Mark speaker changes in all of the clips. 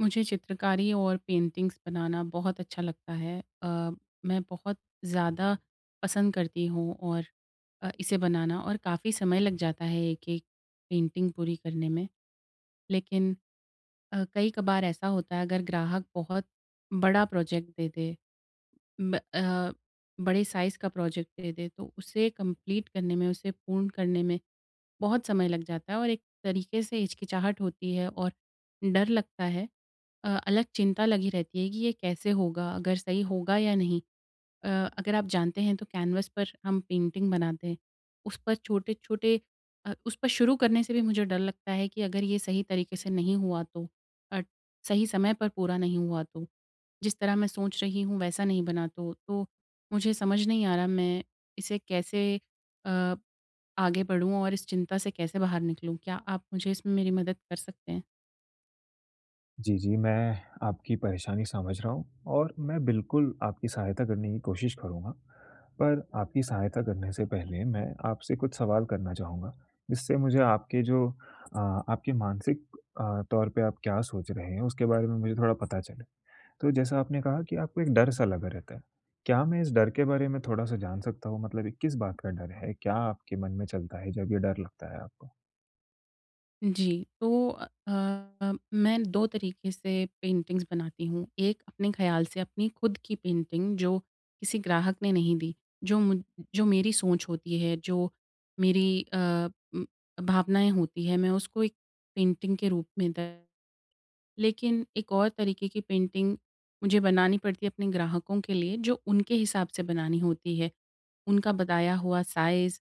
Speaker 1: मुझे चित्रकारी और पेंटिंग्स बनाना बहुत अच्छा लगता है। मैं बहुत ज़्यादा पसंद करती हूँ और इसे बनाना और काफ़ी समय लग जाता है एक-एक पेंटिंग पूरी करने में। लेकिन कई कभार ऐसा होता है अगर ग्राहक बहुत बड़ा प्रोजेक्ट दे दे ब अ, बड़े साइज़ का प्रोजेक्ट दे दे तो उसे कंप्लीट करने में, उसे पूर्ण करने में बहुत समय लग जाता है और एक तरीके से हिचकिचाहट होती है और डर लगता है। अलग चिंता लगी रहती है कि ये कैसे होगा? अगर सही होगा या नहीं? अ, अगर आप जानते हैं तो कैनवस पर हम पेंटिंग बनाते हैं। उस पर छोटे-छोटे उस पर शुरू करने से भी मुझे डर लगता है कि अगर ये सही तरीके से नहीं हुआ तो अ, सही समय पर पूरा नहीं हुआ तो, जिस तरह मैं सोच रही हूँ वैसा नहीं बना तो मुझे समझ नहीं आ रहा मैं इसे कैसे अ, आगे बढ़ूँ और इस चिंता से कैसे बाहर निकलूँ? क्या आप मुझे इसमें मेरी मदद कर सकते हैं?
Speaker 2: जी, जी, मैं आपकी परेशानी समझ रहा हूँ और मैं बिल्कुल आपकी सहायता करने की कोशिश करूँगा। पर आपकी सहायता करने से पहले मैं आपसे कुछ सवाल करना चाहूँगा, जिससे मुझे आपके मानसिक तौर पे आप क्या सोच रहे हैं, उसके बारे में मुझे थोड़ा पता चले। तो जैसा आपने कहा कि आपको एक डर सा लगा रहता है, क्या मैं इस डर के बारे में थोड़ा-सा जान सकता हूँ? मतलब ये किस बात का डर है? क्या आपके मन में चलता है जब ये डर लगता है आपको?
Speaker 1: जी, तो मैं 2 तरीके से पेंटिंग्स बनाती हूँ। एक अपने ख़्याल से अपनी खुद की पेंटिंग जो किसी ग्राहक ने नहीं दी, जो मुझ जो मेरी सोच होती है, जो मेरी अ, उम, भावनाएँ होती हैं, मैं उसको एक पेंटिंग के रूप में द लेकिन एक और तरीके की पेंटिंग मुझे बनानी पड़ती है अपने ग्राहकों के लिए, जो उनके हिसाब से बनानी होती है। उनका बताया हुआ साइज़,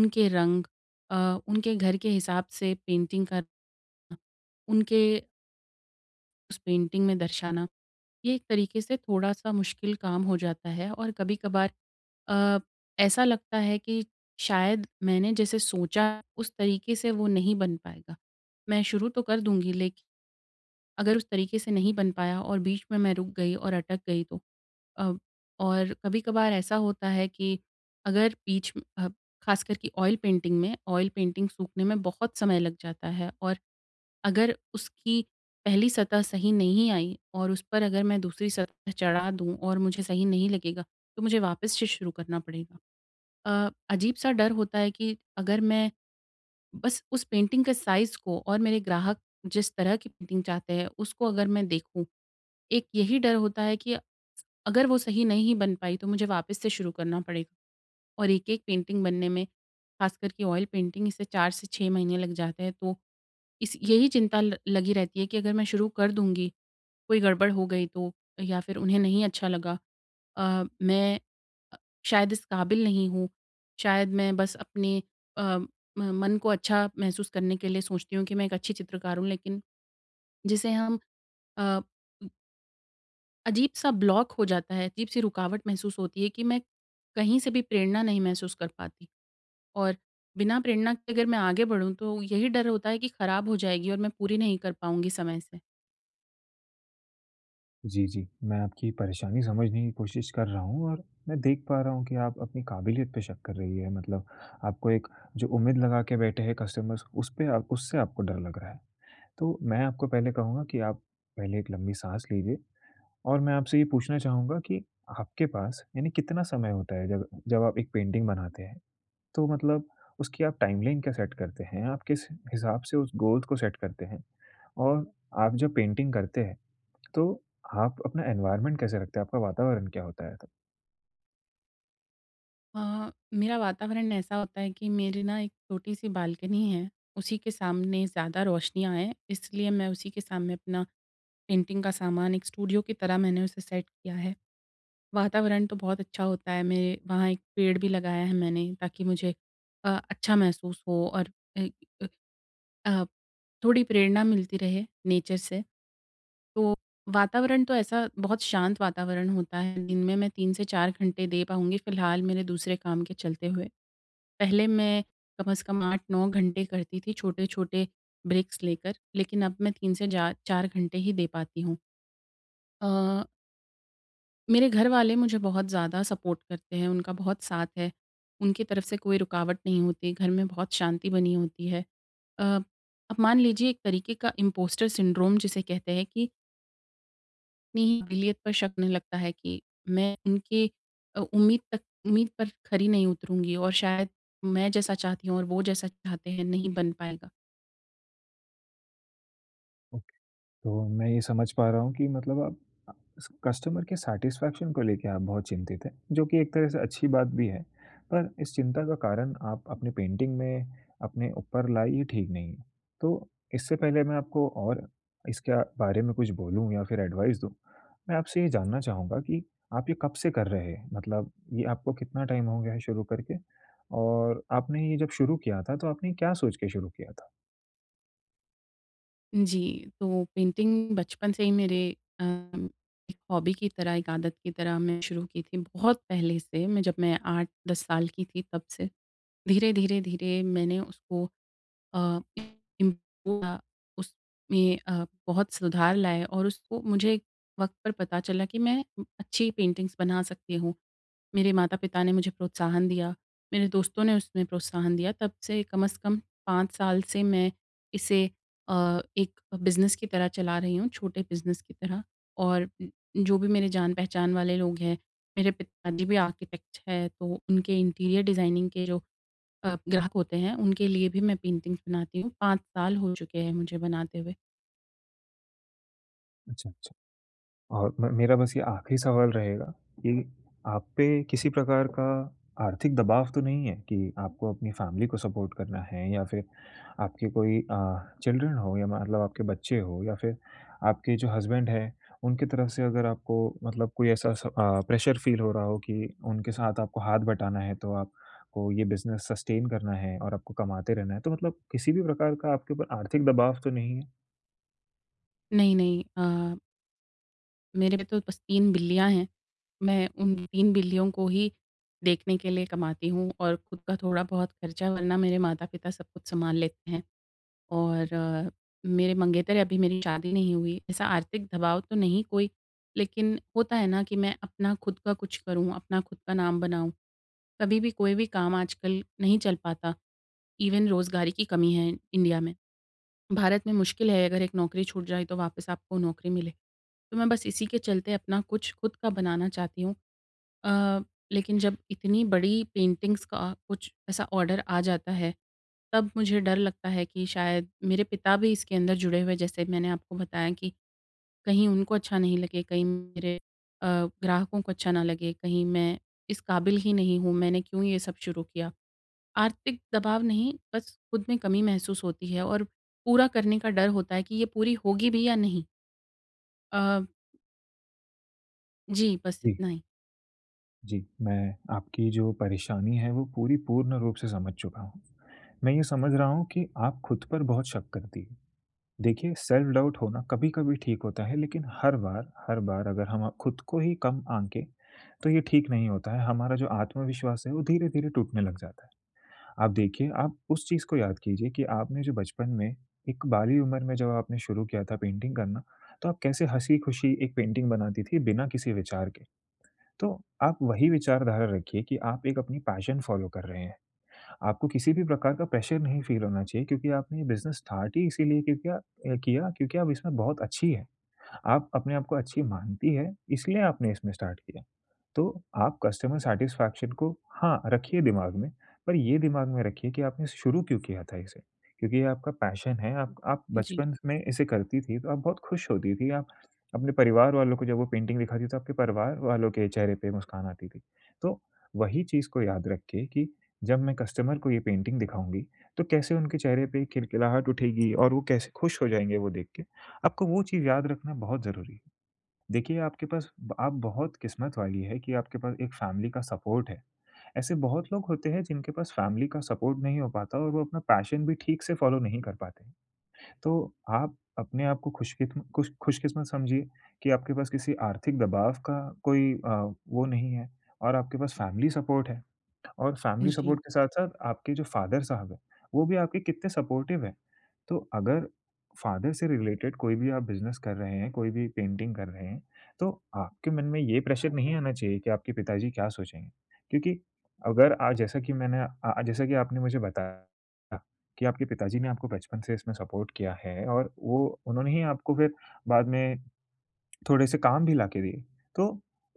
Speaker 1: उनके रंग अ, उनके घर के हिसाब से पेंटिंग का उनके उस पेंटिंग में दर्शाना, ये एक तरीके से थोड़ा-सा मुश्किल काम हो जाता है और कभी-कभार अ, ऐसा लगता है कि शायद मैंने जैसे सोचा उस तरीके से वो नहीं बन पाएगा। मैं शुरू तो कर दूँगी लेकिन अगर उस तरीके से नहीं बन पाया और बीच में मैं रुक गई और अटक गई तो अ, और कभी-कभार ऐसा होता है कि अगर बीच में- ख़ास करके ऑयल पेंटिंग में, ऑयल पेंटिंग सूखने में बहुत समय लग जाता है और अगर उसकी पहली सतह सही नहीं आई और उस पर अगर मैं दूसरी सतह चढ़ा दूँ और मुझे सही नहीं लगेगा, तो मुझे वापस से शुरू करना पड़ेगा। अजीब-सा डर होता है कि अगर मैं बस उस पेंटिंग के साइज़ को और मेरे ग्राहक जिस तरह की पेंटिंग चाहते हैं, उसको अगर मैं देखूँ, एक यही डर होता है कि अगर वो सही नहीं बन पाई, तो मुझे वापस से शुरू करना पड़ेगा और एक-एक पेंटिंग बनने में, खासकर कि ऑयल पेंटिंग, इसे 4 से 6 महीने लग जाते हैं, तो इस यही चिंता ल लगी रहती है कि अगर मैं शुरू कर दूँगी, कोई गड़बड़ हो गई तो या फिर उन्हें नहीं अच्छा लगा मैं अ, शायद इस काबिल नहीं हूँ, शायद मैं बस अपने अ, म मन को अच्छा महसूस करने के लिए सोचती हूँ कि मैं एक अच्छी चित्रकार हूँ, लेकिन जिसे हम अ, अजीब-सा ब्लॉक हो जाता है, अजीब-सी रुकावट महसूस होती है कि मैं कहीं से भी प्रेरणा नहीं महसूस कर पाती और बिना प्रेरणा के अगर मैं आगे बढ़ूँ, तो यही डर होता है कि खराब हो जाएगी और मैं पूरी नहीं कर पाऊँगी समय से।
Speaker 2: जी, जी। मैं आपकी परेशानी समझने की कोशिश कर रहा हूँ और मैं देख पा रहा हूँ कि आप अपनी काबिलियत पे शक कर रही है। मतलब आपको एक जो उम्मीद लगा के बैठे हैं कस्टमर्स, उस पे आप उससे आपको डर लग रहा है। तो मैं आपको पहले कहूँगा कि आप पहले एक लंबी साँस लीजिए और मैं आपसे ये पूछना चाहूँगा कि आपके पास यानी कितना समय होता है जब जब आप एक पेंटिंग बनाते हैं? तो मतलब उसकी आप टाइमलाइन क्या सेट करते हैं? आप किस हिसाब से उस गोल को सेट करते हैं? और आप जब पेंटिंग करते हैं तो आप अपना एनवायरनमेंट कैसे रखते हैं? आपका वातावरण क्या होता है तब?
Speaker 1: मेरा वातावरण ऐसा होता है कि मेरी ना एक छोटी सी बालकनी है, उसी के सामने ज़्यादा रोशनियाँ आएँ, इसलिए मैं उसी के सामने अपना पेंटिंग का सामान एक स्टूडियो की तरह मैंने उसे सेट किया है। वातावरण तो बहुत अच्छा होता है, मेरे वहाँ एक पेड़ भी लगाया है मैंने ताकि मुझे अच्छा महसूस हो और अ अ अ, थोड़ी प्रेरणा मिलती रहे नेचर से। तो वातावरण तो ऐसा बहुत शांत वातावरण होता है, दिन में मैं 3 से 4 घंटे दे पाऊँगी फ़िलहाल मेरे दूसरे काम के चलते हुए। पहले मैं कम से कम 8-9 घंटे करती थी छोटे-छोटे ब्रेक्स लेकर, लेकिन अब मैं 3 से जा 4 घंटे ही दे पाती हूँ। अ, मेरे घर वाले मुझे बहुत ज़्यादा सपोर्ट करते हैं, उनका बहुत साथ है। उनकी तरफ से कोई रुकावट नहीं होती, घर में बहुत शांति बनी होती है। अ, अब मान लीजिए एक तरीके का इम्पोस्टर सिंड्रोम जिसे कहते हैं कि अपनी ही काबिलियत पर शक होने लगता है कि मैं उनके अ, उम्मीद तक उम्मीद पर खरी नहीं उतरूँगी और शायद मैं जैसा चाहती हूँ और वो जैसा चाहते हैं नहीं बन पाएगा।
Speaker 2: तो मैं ये समझ पा रहा हूँ कि मतलब आप अ, स कस्टमर के सैटिस्फैक्शन को लेके आप बहुत चिंतित हैं, जो कि एक तरह से अच्छी बात भी है। पर इस चिंता का कारण आप अपनी पेंटिंग में अपने ऊपर लाई ये ठीक नहीं है। तो इससे पहले मैं आपको और इसके बारे में कुछ बोलूँ या फिर एडवाइस दूँ, मैं आपसे ये जानना चाहूँगा कि आप ये कब से कर रहे हैं? मतलब ये आपको कितना टाइम हो गया है शुरू करके? और आपने ये जब शुरू किया था, तो आपने क्या सोच के शुरू किया था?
Speaker 1: जी, तो पेंटिंग बचपन से ही मेरे अ, एक हॉबी की तरह, एक आदत की तरह मैं शुरू की थी बहुत पहले से मैं जब मैं 8-10 साल की थी तब से। धीरे-धीरे, धीरे धीरे मैंने उसको अ, इम्प्रूव हुआ, उसमें बहुत सुधार लाए और उसको मुझे वक़्त पर पता चला कि मैं अच्छी पेंटिंग्स बना सकती हूँ। मेरे माता-पिता ने मुझे प्रोत्साहन दिया, मेरे दोस्तों ने उसमें प्रोत्साहन दिया। तब से कम 5 साल से मैं इसे एक बिज़नेस की तरह चला रही हूँ, छोटे बिज़नेस की तरह और जो भी मेरे जान-पहचान वाले लोग हैं, मेरे पिताजी भी आर्किटेक्ट हैं, तो उनके इंटीरियर डिज़ाइनिंग के जो ग्राहक होते हैं, उनके लिए भी मैं पेंटिंग्स बनाती हूँ। 5 साल हो चुके हैं मुझे बनाते हुए।
Speaker 2: अच्छा। अच्छा। और म मेरा बस ये आखिरी सवाल रहेगा कि आप पे किसी प्रकार का आर्थिक दबाव तो नहीं है कि आपको अपनी फ़ैमिली को सपोर्ट करना है या फिर आपके कोई चिल्ड्रन हो, या मतलब आपके बच्चे हो, या फिर आपके जो हस्बैंड हैं, उनकी तरफ से अगर आपको मतलब कोई ऐसा प्रेशर फ़ील हो रहा हो कि उनके साथ आपको हाथ बटाना है, तो आपको ये बिज़नेस सस्टेन करना है और आपको कमाते रहना है, तो मतलब किसी भी प्रकार का आपके ऊपर आर्थिक दबाव तो नहीं है?
Speaker 1: नहीं, नहीं मेरे पे तो बस 3 बिल्लियाँ हैं। मैं उन 3 बिल्लियों को ही देखने के लिए कमाती हूँ और खुद का थोड़ा बहुत खर्चा वरना मेरे माता-पिता सब कुछ सँभाल लेते हैं। और मेरे मंगेतर हैं, अभी मेरी शादी नहीं हुई। ऐसा आर्थिक दबाव तो नहीं कोई, लेकिन होता है ना कि मैं अपना खुद का कुछ करूँ, अपना खुद का नाम बनाऊँ। कभी भी कोई भी काम आजकल नहीं चल पाता। इवन रोज़गार की कमी है इंडिया में। भारत में मुश्किल है अगर एक नौकरी छूट जाए तो वापस आपको नौकरी मिले। तो मैं बस इसी के चलते अपना कुछ खुद का बनाना चाहती हूँ। अ, लेकिन जब इतनी बड़ी पेंटिंग्स का कुछ ऐसा ऑर्डर आ जाता है, तब मुझे डर लगता है कि शायद मेरे पिता भी इसके अंदर जुड़े हुए हैं, जैसे मैंने आपको बताया कि कहीं उनको अच्छा नहीं लगे, कहीं मेरे अ, ग्राहकों को अच्छा ना लगे, कहीं मैं इस काबिल ही नहीं हूँ, मैंने क्यों ये सब शुरू किया। आर्थिक दबाव नहीं, बस खुद में कमी महसूस होती है और पूरा करने का डर होता है कि ये पूरी होगी भी या नहीं। अ, जी, बस
Speaker 2: जी।
Speaker 1: इतना ही।
Speaker 2: जी, मैं आपकी जो परेशानी है वो पूरी पूर्ण रूप से समझ चुका हूँ। मैं ये समझ रहा हूँ कि आप खुद पर बहुत शक करती हैं। देखिए, सेल्फ डाउट होना कभी-कभी ठीक होता है, लेकिन हर बार अगर हम खुद को ही कम आंकें, तो ये ठीक नहीं होता है। हमारा जो आत्मविश्वास है वो धीरे-धीरे टूटने लग जाता है। आप देखिए, आप उस चीज़ को याद कीजिए कि आपने जो बचपन में, एक बाली उम्र में, जब आपने शुरू किया था पेंटिंग करना, तो आप कैसे हँसी-खुशी एक पेंटिंग बनाती थी बिना किसी विचार के। तो आप वही विचारधारा रखिए कि आप एक अपनी पैशन फ़ॉलो कर रहे हैं। आपको किसी भी प्रकार का प्रेशर नहीं फ़ील होना चाहिए, क्योंकि आपने ये बिज़नेस स्टार्ट ही इसीलिए क्योंकि अ, किया क्योंकि आप इसमें बहुत अच्छी हैं। आप अपने आप को अच्छी मानती हैं, इसलिए आपने इसमें स्टार्ट किया। तो आप कस्टमर सैटिस्फैक्शन को, हाँ, रखिए दिमाग में, पर ये दिमाग में रखिए कि आपने शुरू क्यों किया था इसे? क्योंकि ये आपका पैशन है, आप
Speaker 1: जी,
Speaker 2: बचपन में इसे करती थी, तो आप बहुत खुश होती थी, आप अपने परिवार वालों को जब वो पेंटिंग दिखाती थी, तो आपके परिवार वालों के चेहरे पे मुस्कान आती थी। तो वही चीज़ को याद रखिए कि जब मैं कस्टमर को ये पेंटिंग दिखाऊँगी, तो कैसे उनके चेहरे पे खिलखिलाहट उठेगी और वो कैसे खुश हो जाएँगे वो देख के। आपको वो चीज़ याद रखना बहुत ज़रूरी है। देखिए, आपके पास ब आप बहुत किस्मत वाली है कि आपके पास एक फ़ैमिली का सपोर्ट है। ऐसे बहुत लोग होते हैं जिनके पास फ़ैमिली का सपोर्ट नहीं हो पाता और वो अपना पैशन भी ठीक से फ़ॉलो नहीं कर पाते। तो आप अपने आप को खुशकिस्मत समझिए कि आपके पास किसी आर्थिक दबाव का कोई वो नहीं है और आपके पास फ़ैमिली सपोर्ट है। और फैमिली
Speaker 1: जी,
Speaker 2: सपोर्ट के साथ-साथ आपके जो फादर साहब हैं, वो भी आपके कितने सपोर्टिव हैं। तो अगर फादर से रिलेटेड कोई भी आप बिज़नेस कर रहे हैं, कोई भी पेंटिंग कर रहे हैं, तो आपके मन में ये प्रेशर नहीं आना चाहिए कि आपके पिताजी क्या सोचेंगे। क्योंकि अगर आज, जैसा कि आपने मुझे बताया कि आपके पिताजी ने आपको बचपन से इसमें सपोर्ट किया है, और वो उन्होंने ही आपको फिर बाद में थोड़े से काम भी लाके दिए। तो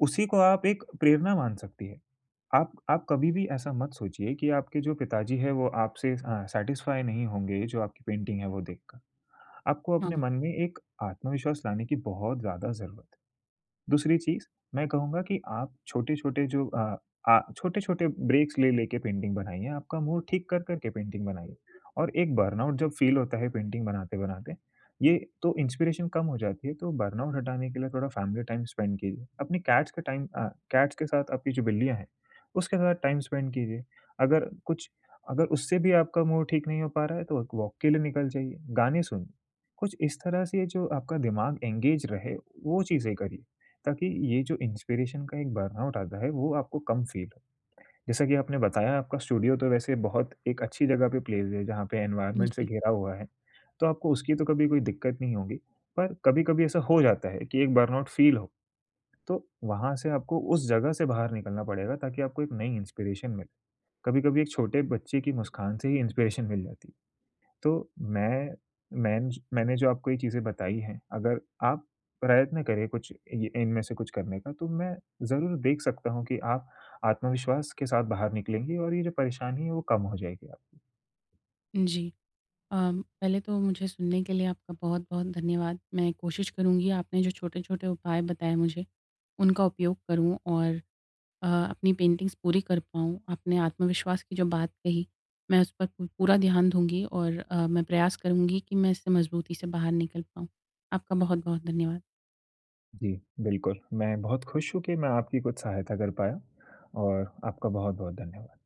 Speaker 2: उसी को आप एक प्रेरणा मान सकती है। आप कभी भी ऐसा मत सोचिए कि आपके जो पिताजी हैं वो आपसे सैटिस्फाई नहीं होंगे जो आपकी पेंटिंग है वो देखकर। आपको
Speaker 1: हाँ,
Speaker 2: अपने मन में एक आत्मविश्वास लाने की बहुत ज़्यादा ज़रूरत है। दूसरी चीज़, मैं कहूँगा कि आप छोटे-छोटे जो अ, आ छोटे-छोटे ब्रेक्स ले लेके पेंटिंग बनाइए, आपका मूड ठीक कर कर के पेंटिंग बनाइए। और एक बर्नआउट जब फ़ील होता है पेंटिंग बनाते-बनाते, ये तो इंस्पिरेशन कम हो जाती है, तो बर्नआउट हटाने के लिए थोड़ा फैमिली टाइम स्पेंड कीजिए। अपनी कैट्स का टाइम अ, कैट्स के साथ, आपकी जो बिल्लियाँ हैं, उसके साथ टाइम स्पेंड कीजिए। अगर कुछ अगर उससे भी आपका मूड ठीक नहीं हो पा रहा है, तो एक वॉक के लिए निकल जाइए, गाने सुनिए। कुछ इस तरह से जो आपका दिमाग एंगेज रहे, वो चीज़ें करिए। ताकि ये जो इंस्पिरेशन का एक बर्नआउट आता है, वो आपको कम फ़ील हो। जैसा कि आपने बताया, आपका स्टूडियो तो वैसे बहुत एक अच्छी जगह पे प्लेस है, जहाँ पे एनवायरनमेंट से
Speaker 1: जी,
Speaker 2: घिरा हुआ है, तो आपको उसकी तो कभी कोई दिक्कत नहीं होगी। पर कभी-कभी ऐसा हो जाता है कि एक बर्नआउट फ़ील हो, तो वहाँ से आपको उस जगह से बाहर निकलना पड़ेगा ताकि आपको एक नई इंस्पिरेशन मिले। कभी-कभी एक छोटे बच्चे की मुस्कान से ही इंस्पिरेशन मिल जाती है। तो मैं मैंने जो आपको ये चीज़ें बताई हैं, अगर आप प्रयत्न करें कुछ ये इनमें से कुछ करने का, तो मैं ज़रूर देख सकता हूँ कि आप आत्मविश्वास के साथ बाहर निकलेंगी और ये जो परेशानी है, वो कम हो जाएगी। आप
Speaker 1: जी। अ, पहले तो मुझे सुनने के लिए आपका बहुत-बहुत धन्यवाद। मैं कोशिश करूँगी आपने जो छोटे-छोटे उपाय बताए मुझे, उनका उपयोग करूँ और अ, अपनी पेंटिंग्स पूरी कर पाऊँ। आपने आत्मविश्वास की जो बात कही, मैं उस पर पू पूरा ध्यान दूँगी और मैं प्रयास करूँगी कि मैं इससे मजबूती से बाहर निकल पाऊँ। आपका बहुत-बहुत धन्यवाद।
Speaker 2: जी, बिल्कुल। मैं बहुत खुश हूँ कि मैं आपकी कुछ सहायता कर पाया और आपका बहुत-बहुत धन्यवाद।